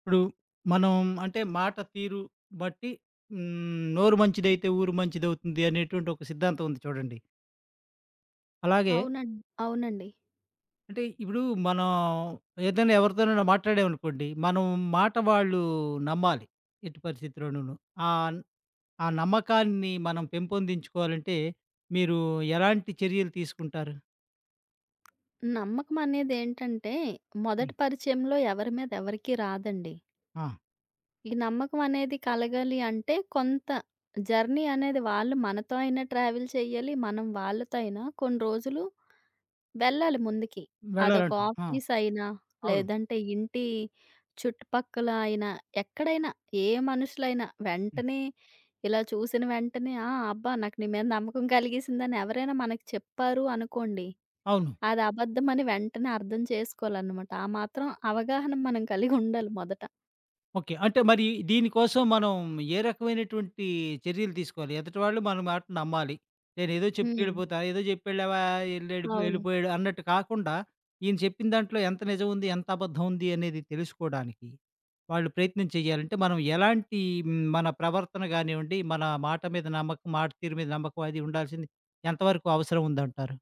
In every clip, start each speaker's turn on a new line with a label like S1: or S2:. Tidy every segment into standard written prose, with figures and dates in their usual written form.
S1: ఇప్పుడు మనం అంటే మాట తీరు బట్టి నోరు మంచిదైతే ఊరు మంచిదవుతుంది అనేటువంటి ఒక సిద్ధాంతం ఉంది చూడండి. అలాగే
S2: అవునం అవునండి.
S1: అంటే ఇప్పుడు మనం ఏదైనా ఎవరితోనైనా మాట్లాడామనుకోండి, మనం మాట వాళ్ళు నమ్మాలి. ఎట్టి పరిస్థితిలోనూను. ఆహ్, ఆ నమ్మకాన్ని మనం పెంపొందించుకోవాలంటే మీరు ఎలాంటి చర్యలు తీసుకుంటారు?
S2: నమ్మకం అనేదేంటంటే,
S1: హ్మ్.
S2: మొదటి పరిచయంలో ఎవరి మీద ఎవరికీ రాదండి.
S1: ఆ!
S2: ఈ నమ్మకం అనేది కలగాలి అంటే, కొంత జర్నీ అనేది వాళ్ళు మనతో అయినా ట్రావెల్ చేయాలి, మనం వాళ్ళతో అయినా కొన్ని రోజులు వెళ్ళాలి ముందుకి. అదొక
S1: వెళ్ళాలంటారు. ఆ!
S2: ఆఫీస్ అయినా,
S1: అవును.
S2: లేదంటే ఇంటి చుట్టుపక్కల అయినా, ఎక్కడైనా ఏ మనుషులైనా
S1: హ్మ్.
S2: వెంటనే ఇలా చూసిన వెంటనే, "ఆ! అబ్బా! నాకు నీ మీద నమ్మకం కలిగేసిందని" ఎవరైనా మనకి చెప్పారు అనుకోండి
S1: అవును.
S2: అది అబద్ధమని వెంటనే అర్థం చేసుకోవాలన్నమాట. ఆ మాత్రం అవగాహన మనం కలిగుండాలి మొదట.
S1: ఓకే. అంటే మరి దీనికోసం మనం ఏ రకమైనటువంటి చర్యలు తీసుకోవాలి? ఎదుటివాళ్ళు మన మాట నమ్మాలి. నేనేదో చెప్పి
S2: హ్మ్.
S1: వెళ్ళిపోతా, ఏదో చెప్పెళ్ళావా ఎళ్ళెడిపో
S2: అవును.
S1: ఎళ్ళిపోయాడు అన్నట్టు కాకుండా, ఈయన చెప్పిన దాంట్లో ఎంత నిజం ఉంది, ఎంత అబద్ధం ఉంది అనేది తెలుసుకోడానికి వాళ్ళు ప్రయత్నం చేయాలంటే, మనం ఎలాంటి మన ప్రవర్తన గానివ్వండి, మన మాట మీద నమ్మకం, మాట తీరు మీద నమ్మకం అది ఉండాల్సింది ఎంతవరకు అవసరం ఉందంటారు?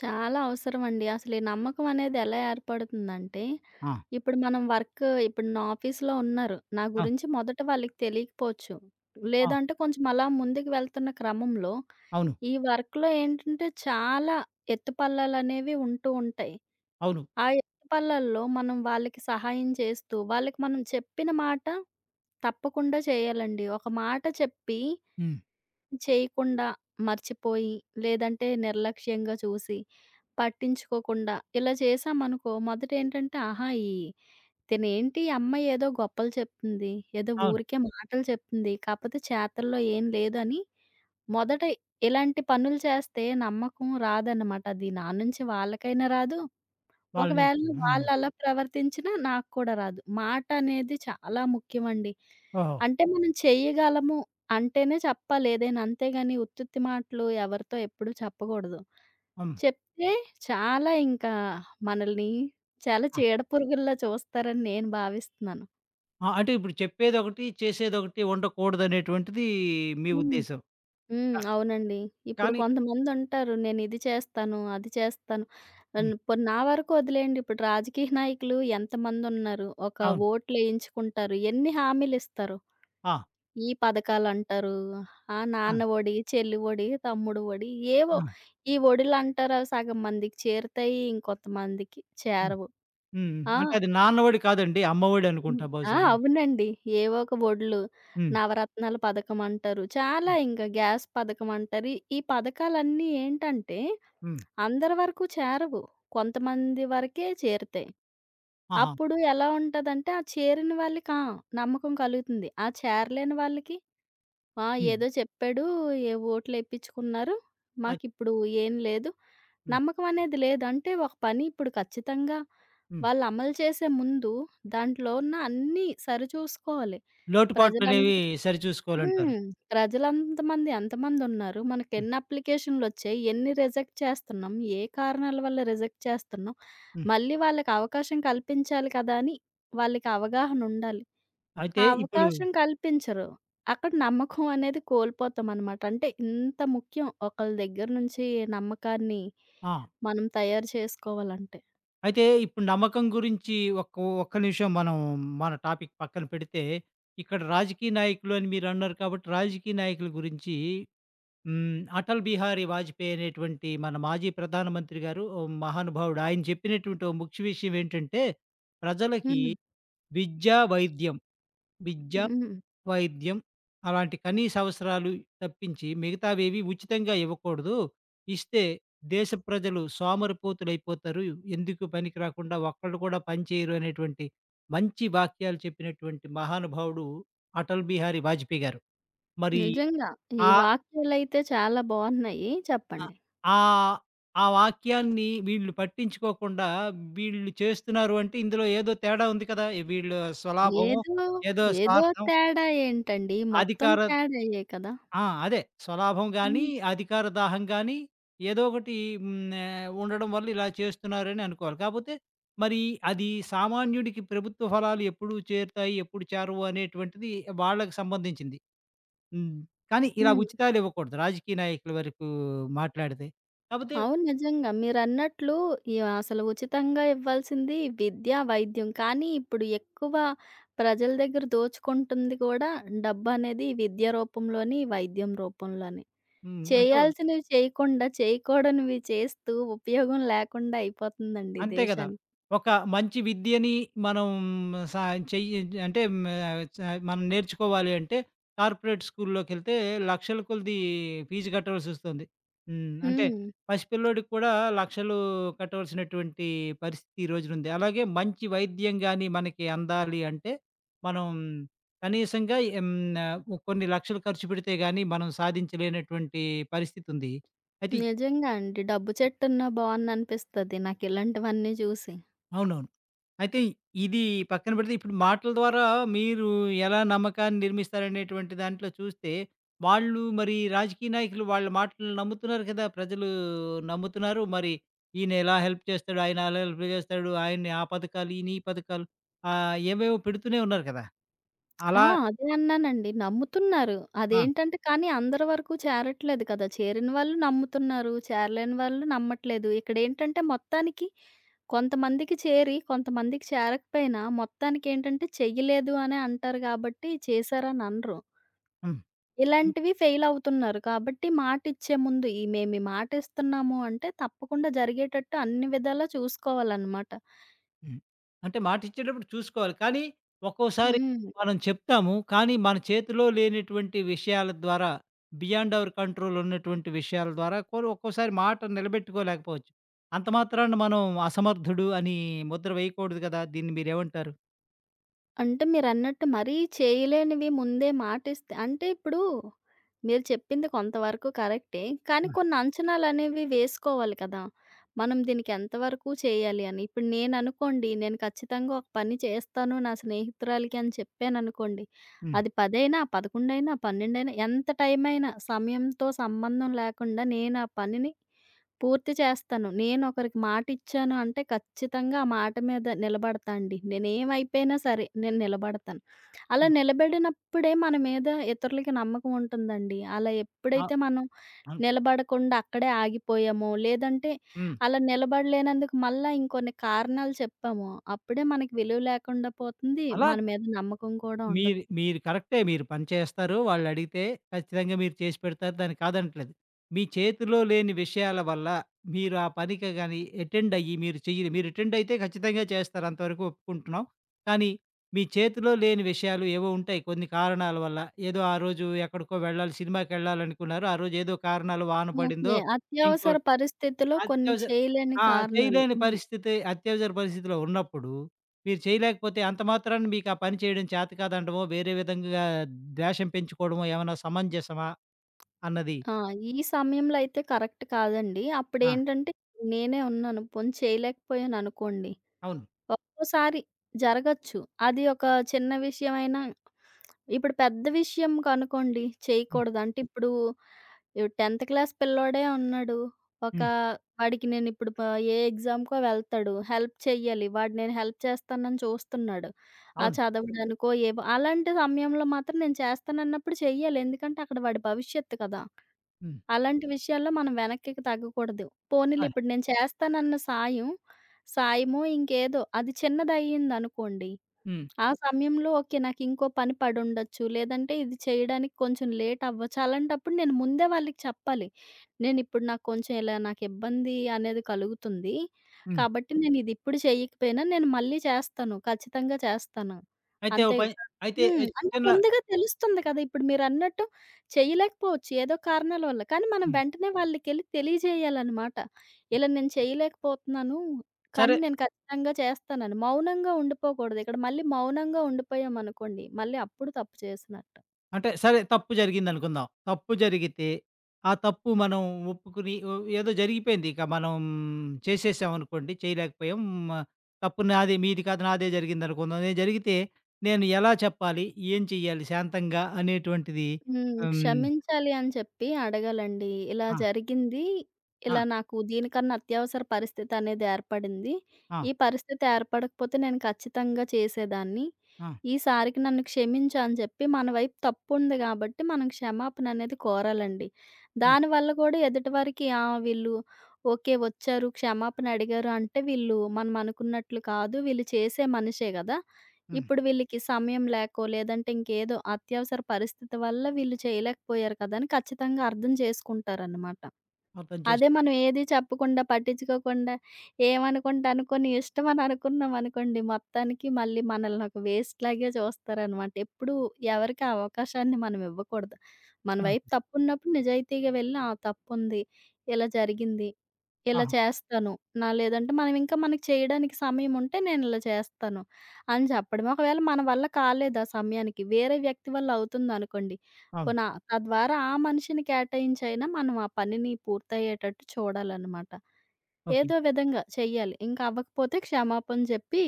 S2: చాలా అవసరమండి. అసలు ఈ నమ్మకం అనేది ఎలా ఏర్పడుతుందంటే,
S1: ఆ!
S2: ఇప్పుడు మనం ఇప్పుడు నా ఆఫీస్‌లో ఉన్నారు. నా
S1: ఆ!
S2: గురించి మొదట వాళ్ళకి తెలియకపోవచ్చు.
S1: ఆ!
S2: లేదంటే కొంచెం అలా ముందుకు వెళ్తున్న క్రమంలో,
S1: అవును.
S2: ఈ వర్క్‌లో ఏంటంటే చాలా ఎత్తుపల్లాలనేవి ఉంటూ ఉంటాయి.
S1: అవును.
S2: ఆ ఎత్తుపల్లాల్లో మనం వాళ్ళకి సహాయం చేస్తూ, వాళ్ళకి మనం చెప్పిన మాట తప్పకుండా చేయాలండి. ఒక మాట చెప్పి
S1: హ్మ్.
S2: చేయకుండా, మర్చిపోయి, లేదంటే నిర్లక్ష్యంగా చూసి, పట్టించుకోకుండా ఇలా చేశామనుకో మొదటేంటంటే, ఆహా! ఈ తినేంటి ఈ అమ్మాయి ఏదో గొప్పలు చెప్తుంది. ఏదో
S1: అవును.
S2: ఊరికే మాటలు చెప్తుంది. కాపోతే చేతల్లో ఏం లేదని మొదట ఇలాంటి పనులు చేస్తే నమ్మకం రాదన్నమాట. అది నా నుంచి వాళ్ళకైనా రాదు
S1: వాళ్ళ
S2: ఒకవేళ
S1: నుంచి. హ్మ్.
S2: వాళ్ళలా ప్రవర్తించినా నాకు కూడా రాదు. మాటనేది చాలా ముఖ్యమండి.
S1: ఓహో!
S2: అంటే మనం చేయగలము అంటేనే చెప్పాలి ఏదైనా. అంతేగాని ఉత్తుత్తి మాటలు ఎవరితో ఎప్పుడు చెప్పకూడదు.
S1: హ్మ్.
S2: చెప్తే చాలా ఇంకా మనల్ని చాలా చీడపురుగుల్లా చూస్తారని నేను భావిస్తున్నాను.
S1: ఆ! అంటే ఇప్పుడు చెప్పేదొకటి, చేసేదొకటి ఉండకూడదనేటువంటిది మీ
S2: హ్మ్.
S1: ఉద్దేశం.
S2: హ్మ్.
S1: క
S2: అవునండి. ఇప్పుడు
S1: కానీ
S2: కొంతమందుంటారు. నేనిది చేస్తాను, అది చేస్తాను.
S1: హ్మ్.
S2: పోనీ నా వరకు వదిలేయండి. ఇప్పుడు రాజకీయ నాయకులు ఎంతమందున్నారు? ఒక
S1: అవును.
S2: ఓట్లేయించుకుంటారు. ఎన్ని హామీలిస్తారు?
S1: ఆ!
S2: ఈ పథకాలంటారు. ఆ!
S1: ఆ!
S2: నాన్న ఒడి, చెల్లి ఒడి, తమ్ముడు ఒడి ఏవో
S1: ఆ!
S2: ఈ ఒడిలంటారు. అవి సగం మందికి చేరుతాయి. ఇంకొంతమందికి
S1: హ్మ్.
S2: చేరవు.
S1: హ్మ్.
S2: ఆ!
S1: అంటే అది నాన్నవొడి కాదండి. అమ్మవొడి
S2: హ్మ్.
S1: అనుకుంటా
S2: ఆ!
S1: బహుశాను.
S2: అవునండి. ఏవో ఒక ఒడ్లు,
S1: హ్మ్.
S2: నవరత్నాల పథకం అంటారు. చాలా
S1: హ్మ్.
S2: ఇంకా గ్యాస్ పథకం అంటారు. ఈ ఈ పథకాలన్నీ ఏంటంటే,
S1: హ్మ్.
S2: అందరి వరకు చేరవు. కొంతమంది వరకే చేరుతాయి.
S1: ఆహా!
S2: అప్పుడు ఎలా ఉంటదంటే, ఆ చేరిన వాళ్ళకి ఆ! నమ్మకం కలుగుతుంది. ఆ చేరలేని వాళ్ళకి ఆ!
S1: హ్మ్.
S2: ఏదో చెప్పాడు. ఏ ఓట్లేపిచ్చుకున్నారు.
S1: అది
S2: మాకిప్పుడు ఏం లేదు.
S1: హ్మ్.
S2: నమ్మకం అనేది లేదు. అంటే ఒక పని ఇప్పుడు ఖచ్చితంగా
S1: హ్మ్.
S2: వాళ్ళు అమలు చేసే ముందు దాంట్లో ఉన్న అన్నీ సరిచూసుకోవాలి.
S1: లోటుపాట్లనేవి
S2: ప్రజలందరికి
S1: సరిచూసుకోవాలంటారు.
S2: హ్మ్. ప్రజలంతమంది ఎంతమందున్నారు?
S1: హ్మ్.
S2: మనకెన్ని అప్లికేషన్‌లొచ్చాయి? ఎన్ని రిజెక్ట్ చేస్తున్నాం? ఏ కారణాల వల్ల రిజెక్ట్ చేస్తున్నాం?
S1: హ్మ్.
S2: మళ్ళీ వాళ్ళకి అవకాశం కల్పించాలి కదా! అని వాళ్ళకి అవగాహనుండాలి.
S1: అయితే
S2: ఆ
S1: ఇప్పుడు
S2: అవకాశం కల్పించరు. అక్కడ నమ్మకం అనేది కోల్పోతామనమాట. అంటే ఇంత ముఖ్యం ఒకళ్ళ దగ్గర నుంచి నమ్మకాన్ని
S1: ఆ!
S2: మనం తయారు చేసుకోవాలంటే.
S1: అయితే ఇప్పుడు నమ్మకం గురించి ఒక్క ఒక్క నిమిషం మనం మన టాపిక్ పక్కన పెడితే, ఇక్కడ రాజకీయ నాయకులు అని మీరన్నారు కాబట్టి, రాజకీయ నాయకుల గురించి హ్మ్. అటల్ బిహారీ వాజ్‌పేయి అనేటువంటి మన మాజీ ప్రధానమంత్రి గారు ఓ మహానుభావుడు. ఆయన చెప్పినటువంటి ఓ ముఖ్య విషయం ఏంటంటే, ప్రజలకి
S2: హ్మ్.
S1: విద్య, వైద్యం, విద్య,
S2: హ్మ్.
S1: వైద్యం అలాంటి కనీస అవసరాలు తప్పించి మిగతావేవి ఉచితంగా ఇవ్వకూడదు. ఇస్తే దేశ ప్రజలు సోమరిపోతులైపోతారు. ఎందుకు పనికి రాకుండా ఒక్కళ్ళు కూడా పని చేయరు అనేటువంటి మంచి వాక్యాలు చెప్పినటువంటి మహానుభావుడు అటల్ బిహారీ వాజ్‌పేయి గారు. మరి
S2: నిజంగా. ఈ
S1: ఆ
S2: వాక్యాలైతే చాలా బావున్నాయి.
S1: ఆ!
S2: చెప్పండి.
S1: ఆహ్, ఆ వాక్యాన్ని వీళ్ళు పట్టించుకోకుండా వీళ్ళు చేస్తున్నారు అంటే ఇందులో ఏదో తేడా ఉంది కదా! ఈ వీళ్ళు స్వలాభము,
S2: ఏదో,
S1: ఏదో
S2: ఏదో
S1: స్వార్థం,
S2: తేడా ఏంటండి? మొత్తం
S1: అధికార
S2: తేడాయే కదా!
S1: ఆ! అదే స్వలాభం గాని,
S2: హ్మ్.
S1: అధికార దాహం గాని ఏదో ఒకటి హ్మ్, ఉండడం వల్ల ఇలా చేస్తున్నారని అనుకోవాలి. కాపోతే మరి అది సామాన్యుడికి ప్రభుత్వ ఫలాలు ఎప్పుడు చేరుతాయి, ఎప్పుడు చేరవు అనేటువంటిది వాళ్ళకి సంబంధించింది. హ్మ్. కానీ ఇలా
S2: హ్మ్.
S1: ఉచితాలు ఇవ్వకూడదు రాజకీయ నాయకుల వరకు మాట్లాడితే. కాపోతే
S2: అవును. నిజంగా. మీరన్నట్లు ఈ అసలు ఉచితంగా ఇవ్వాల్సింది విద్య, వైద్యం. కానీ ఇప్పుడు ఎక్కువ ప్రజల దగ్గర దోచుకుంటుంది కూడా డబ్బనేది విద్య రూపంలోని, వైద్యం రూపంలోని.
S1: హ్మ్. అంటే
S2: చేయాల్సినవి చేయకుండా, చేయకూడనివి చేస్తూ ఉపయోగం లేకుండా అయిపోతుందండి ఈ
S1: అంతే గదా!
S2: దేశానికి.
S1: ఒక మంచి విద్యని మనం సా చెయ్యి అంటే హ్మ్, చ మనం నేర్చుకోవాలి అంటే కార్పొరేట్ స్కూల్లోకెళ్తే లక్షల కొలది ఫీజు కట్టవలసొస్తుంది. హ్మ్. అంటే
S2: హ్మ్.
S1: పసిపిల్లోడికి కూడా లక్షలు కట్టవలసినటువంటి పరిస్థితి ఈ రోజునుంది. అలాగే మంచి వైద్యం గాని మనకి అందాలి అంటే మనం కనీసంగా ఆహ్, కొన్ని లక్షలు ఖర్చు పెడితే గాని మనం సాధించలేనటువంటి పరిస్థితుంది. అయితే
S2: నిజంగా అండి. డబ్బు చెట్టున్నా బావున్ననిపిస్తది నాకిలాంటివన్నీ చూసి.
S1: అవునవును. అయితే ఇది పక్కన పెడితే ఇప్పుడు మాటల ద్వారా మీరు ఎలా నమ్మకాన్ని నిర్మిస్తారనేటువంటి దాంట్లో చూస్తే, వాళ్ళు మరి రాజకీయ నాయకులు వాళ్ళ మాటలు నమ్ముతున్నారు కదా! ప్రజలు నమ్ముతున్నారు. మరి ఈయన ఇలా హెల్ప్ చేస్తాడు, ఆయన అలా హెల్ప్ చేస్తాడు, ఆయన్ని ఆ పథకాలు, ఈయన ఈ పథకాలు ఏవేవో పెడుతూనే ఉన్నారు కదా!
S2: ఆ!
S1: అలా
S2: అదే అన్నానండి. నమ్ముతున్నారు.
S1: ఆ!
S2: అదేంటంటే కానీ అందరి వరకు చేరట్లేదు కదా! చేరిన వాళ్ళు నమ్ముతున్నారు. చేరలేని వాళ్ళు నమ్మట్లేదు. ఇక్కడేంటంటే మొత్తానికి కొంతమందికి చేరి, కొంతమందికి చేరకపోయినా మొత్తానికేంటంటే చెయ్యలేదు అనే అంటారు గాబట్టి చేశారని అనరు.
S1: హ్మ్.
S2: ఇలాంటివి ఫెయిల్ అవుతున్నారు. కాబట్టి మాటిచ్చే ముందు మేము ఈ మాటిస్తున్నాము అంటే తప్పకుండా జరిగేటట్టు అన్ని విధాలా చూసుకోవాలనమాట.
S1: హ్మ్. అంటే మాటిచ్చేటప్పుడు చూసుకోవాలి. కానీ ఒక్కోసారి
S2: హ్మ్.
S1: మనం చెప్తాము. కానీ మన చేతిలో లేనటువంటి విషయాల ద్వారా బియాండ్ అవర్ కంట్రోల్ ఉన్నటువంటి విషయాల ద్వారా కూడా ఒక్కోసారి మాట నిలబెట్టుకోలేకపోవచ్చు. అంత మాత్రాన మనం అసమర్థుడు అని ముద్ర వేయకూడదు గదా! దీన్ని మీరేమంటారు?
S2: అంటే మీరన్నట్టు మరీ చేయలేనివి ముందే మాటిస్తే అంటే ఇప్పుడు మీరు చెప్పింది కొంతవరకు కరెక్టే. కానీ
S1: ఆ!
S2: కొన్ని అంచనాలనేవి వేసుకోవాలి కదా! మనం దీనికి ఎంతవరకు చేయాలి అని. ఇప్పుడు నేననుకోండి, నేను ఖచ్చితంగా ఒక పని చేస్తాను నా స్నేహితురాలికి అని చెప్పాననుకోండి,
S1: హ్మ్.
S2: అది 10 అయినా, 11 అయినా, 12 అయినా ఎంత టైం అయినా సమయంతో సంబంధం లేకుండా నేను ఆ పనిని పూర్తి చేస్తాను. నేనొకరికి మాటిచ్చాను అంటే ఖచ్చితంగా ఆ మాట మీద నిలబడతా అండి. నేనేమైపోయినా సరే నేను నిలబడతాను. అలా
S1: హ్మ్.
S2: నిలబడినప్పుడే మన మీద ఇతరులకి నమ్మకం ఉంటుందండి. అలా
S1: ఆ!
S2: ఎప్పుడైతే మనం
S1: అన్
S2: నిలబడకుండా అక్కడే ఆగిపోయామో, లేదంటే
S1: హ్మ్.
S2: అలా నిలబడలేనందుకు మళ్ళా ఇంకొన్ని కారణాలు చెప్పామో, అప్పుడే మనకి విలువ లేకుండా పోతుంది.
S1: అలా
S2: మన మీద నమ్మకం కూడా ఉండదు.
S1: మీరు మీరు కరెక్టే. మీరు పని చేస్తారు. వాళ్ళడిగితే ఖచ్చితంగా మీరు చేసి పెడతారు. దాన్ని కాదనట్లేదు. మీ చేతిలో లేని విషయాల వల్ల మీరు ఆ పనికి గాని అటెండ్ అయ్యి మీరు చెయ్యరు. మీరు అటెండ్ అయితే ఖచ్చితంగా చేస్తారు. అంతవరకు ఒప్పుకుంటున్నాం. కానీ మీ చేతిలో లేని విషయాలు ఏవో ఉంటాయి. కొన్ని కారణాల వల్ల ఏదో ఆ రోజు ఎక్కడికో వెళ్ళాలి సినిమాకెళ్ళాలనుకున్నారు. ఆ రోజు ఏదో కారణాలు వాన
S2: ఓకే.
S1: పడిందో ఇంకో
S2: అత్యవసర పరిస్థితిలో కొన్ని
S1: అత్యవసర
S2: చేయలేని
S1: ఆ!
S2: కారణాలు.
S1: చేయలేని
S2: హ్మ్.
S1: పరిస్థితి అత్యవసర పరిస్థితిలో ఉన్నప్పుడు, మీరు చేయలేకపోతే అంత మాత్రాన మీకు ఆ పని చేయడం చేత కాదండమో, వేరే విధంగా ద్వేషం పెంచుకోవడమో ఏమన్నా సమంజసమా? అన్నది
S2: ఆ! ఈ సమయంలో అయితే కరెక్ట్ కాదండి.
S1: ఆ!
S2: అప్పుడేంటంటే నేనే ఉన్నాను. పోనీ చేయలేకపోయాననుకోండి.
S1: అవును.
S2: ఒక్కోసారి జరగచ్చు. అది ఒక చిన్న విషయమైనా ఇప్పుడు పెద్ద విషయం కనుకోండి
S1: హ్మ్.
S2: చేయకూడదు. అంటే ఇప్పుడు 10థ్ క్లాస్ పిల్లోడే ఉన్నాడు. ఒక
S1: హ్మ్.
S2: వాడికి నేనిప్పుడు ప ఏ ఎగ్జామ్‌కో వెళ్తాడు. హెల్ప్ చెయ్యాలి. వాడు నేను హెల్ప్ చేస్తానని చూస్తున్నాడు. ఆ
S1: అవును.
S2: చదవడానికో ఏవో అలాంటి సమయంలో మాత్రం నేను చేస్తానన్నప్పుడు చెయ్యాలి. ఎందుకంటే అక్కడ వాడి భవిష్యత్తు కదా!
S1: హ్మ్.
S2: అలాంటి విషయాల్లో మనం వెనక్కికి తగ్గకూడదు. పోనీలే
S1: అవును.
S2: ఇప్పుడు నేను చేస్తానన్న సాయమో ఇంకేదో అది చిన్నదయ్యిందనుకోండి,
S1: హ్మ్.
S2: ఆ సమయంలో ఓకే. నాకింకో పని పడుండొచ్చు. లేదంటే ఇది చేయడానికి కొంచెం లేట్ అవ్వచ్చు. అలాంటప్పుడు నేను ముందే వాళ్ళకి చెప్పాలి. నేనిప్పుడు నాకు కొంచెం ఇలా నాకిబ్బంది అనేది కలుగుతుంది.
S1: హ్మ్.
S2: కాబట్టి నేనిది ఇప్పుడు చెయ్యకపోయినా నేను మళ్ళీ చేస్తాను. ఖచ్చితంగా చేస్తాను.
S1: అయితే ఓ
S2: అంతే
S1: పని
S2: కా
S1: అయితే
S2: హ్మ్.
S1: ఏ,
S2: అంటే
S1: చిన్న
S2: ముందుగా తెలుస్తుంది కదా! ఇప్పుడు మీరన్నట్టు చేయలేకపోవచ్చు ఏదో కారణాల వల్ల. కానీ మనం
S1: హ్మ్.
S2: వెంటనే వాళ్ళకెళ్ళి తెలియజేయాలనమాట.
S1: హ్మ్.
S2: ఇలా నేను చేయలేకపోతున్నాను. కానీ
S1: సరే
S2: నేను ఖచ్చితంగా చేస్తానని. మౌనంగా ఉండిపోకూడదు. ఇక్కడ మళ్ళీ మౌనంగా ఉండిపోయామనుకోండి, మళ్ళీ అప్పుడు తప్పు చేసినట్టు.
S1: అంటే సరే తప్పు జరిగిందనుకుందాం. తప్పు జరిగితే, ఆ తప్పు మనం ఒప్పుకుని ఓ ఏదో జరిగిపోయింది. ఇక మనం చేసేసామనుకోండి, చేయలేకపోయాం. మ, తప్పు నాది, మీది కాదు నాదే జరిగిందనుకుందాం. నేను జరిగితే నేను ఎలా చెప్పాలి? ఏం చెయ్యాలి శాంతంగా అనేటువంటిది
S2: హ్మ్.
S1: హ్మ్.
S2: క్షమించాలి అని చెప్పి అడగాలండి. ఇలా
S1: ఆ!
S2: జరిగింది. ఇలా
S1: ఆ!
S2: నాకు దీనికన్నా అత్యవసర పరిస్థితి అనేది ఏర్పడింది.
S1: ఆ!
S2: ఈ పరిస్థితి ఏర్పడకపోతే నేను ఖచ్చితంగా చేసేదాన్ని.
S1: ఆ!
S2: ఈసారికి నన్ను క్షమించు అని చెప్పి మన వైపు తప్పుంది గాబట్టి మనం క్షమాపణ అనేది కోరాలండి.
S1: హ్మ్.
S2: దానివల్ల గూడా ఎదుటివారికి ఆ! వీళ్ళు ఓకే. వచ్చారు క్షమాపణ అడిగారు అంటే వీళ్ళు మనం అనుకున్నట్లు కాదు. వీళ్ళు చేసే మనిషే గదా!
S1: హ్మ్.
S2: ఇప్పుడు వీళ్ళకి సమయం లేకో, లేదంటే ఇంకేదో అత్యవసర పరిస్థితి వల్ల వీళ్ళు చేయలేకపోయారు కదా! అని ఖచ్చితంగా అర్థం చేసుకుంటారనమాట.
S1: అర్థం
S2: అదే
S1: చేసుకున్నా.
S2: మనం ఏది చెప్పకుండా, పట్టించుకోకుండా, ఏమనుకుంటే అనుకోని, ఇష్టమని అనుకున్నామనుకోండి మొత్తానికి మళ్ళీ మనల్ని ఒక వేస్ట్‌లాగే చూస్తారనమాట. ఎప్పుడూ ఎవరికీ ఆ అవకాశాన్ని మనం ఇవ్వకూడదు. మన
S1: ఆ!
S2: వైపు తప్పున్నప్పుడు నిజాయితీగా వెళ్ళి, ఆ! తప్పుంది, ఇలా జరిగింది, ఇలా
S1: ఆహా!
S2: చేస్తాను. నా లేదంటే మనం ఇంకా మనకి చేయడానికి సమయం ఉంటే నేను ఇలా చేస్తాను అని చెప్పడం. ఒకవేళ మన వల్ల కాలేదు ఆ సమయానికి, వేరే వ్యక్తి వల్ల అవుతుందనుకోండి
S1: అవును.
S2: పున తద్వారా ఆ మనిషిని కేటాయించైనా మనం ఆ పనిని పూర్తయ్యేటట్టు చూడాలనమాట.
S1: ఓకే.
S2: ఏదో విధంగా చెయ్యాలి. ఇంక అవ్వకపోతే క్షమాపణ జెప్పి,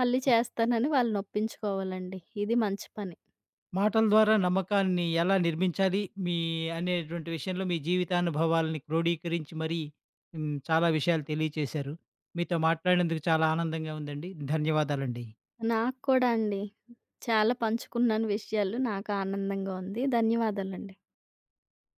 S2: మళ్ళీ చేస్తానని వాళ్ళనొప్పించుకోవాలండి. ఇది మంచి పని.
S1: మాటల ద్వారా నమ్మకాన్ని ఎలా నిర్మించాలి? మీ అనేటువంటి విషయంలో మీ జీవితానుభవాల్ని క్రోడీకరించి మరీ హ్మ్. చాలా విషయాలు తెలియచేశారు. మీతో మాట్లాడినందుకు చాలా ఆనందంగా ఉందండి. ధన్యవాదాలండి.
S2: నాకు కూడా అండి. చాలా పంచుకున్నాను విషయాలు. నాకు ఆనందంగా ఉంది. ధన్యవాదాలండి.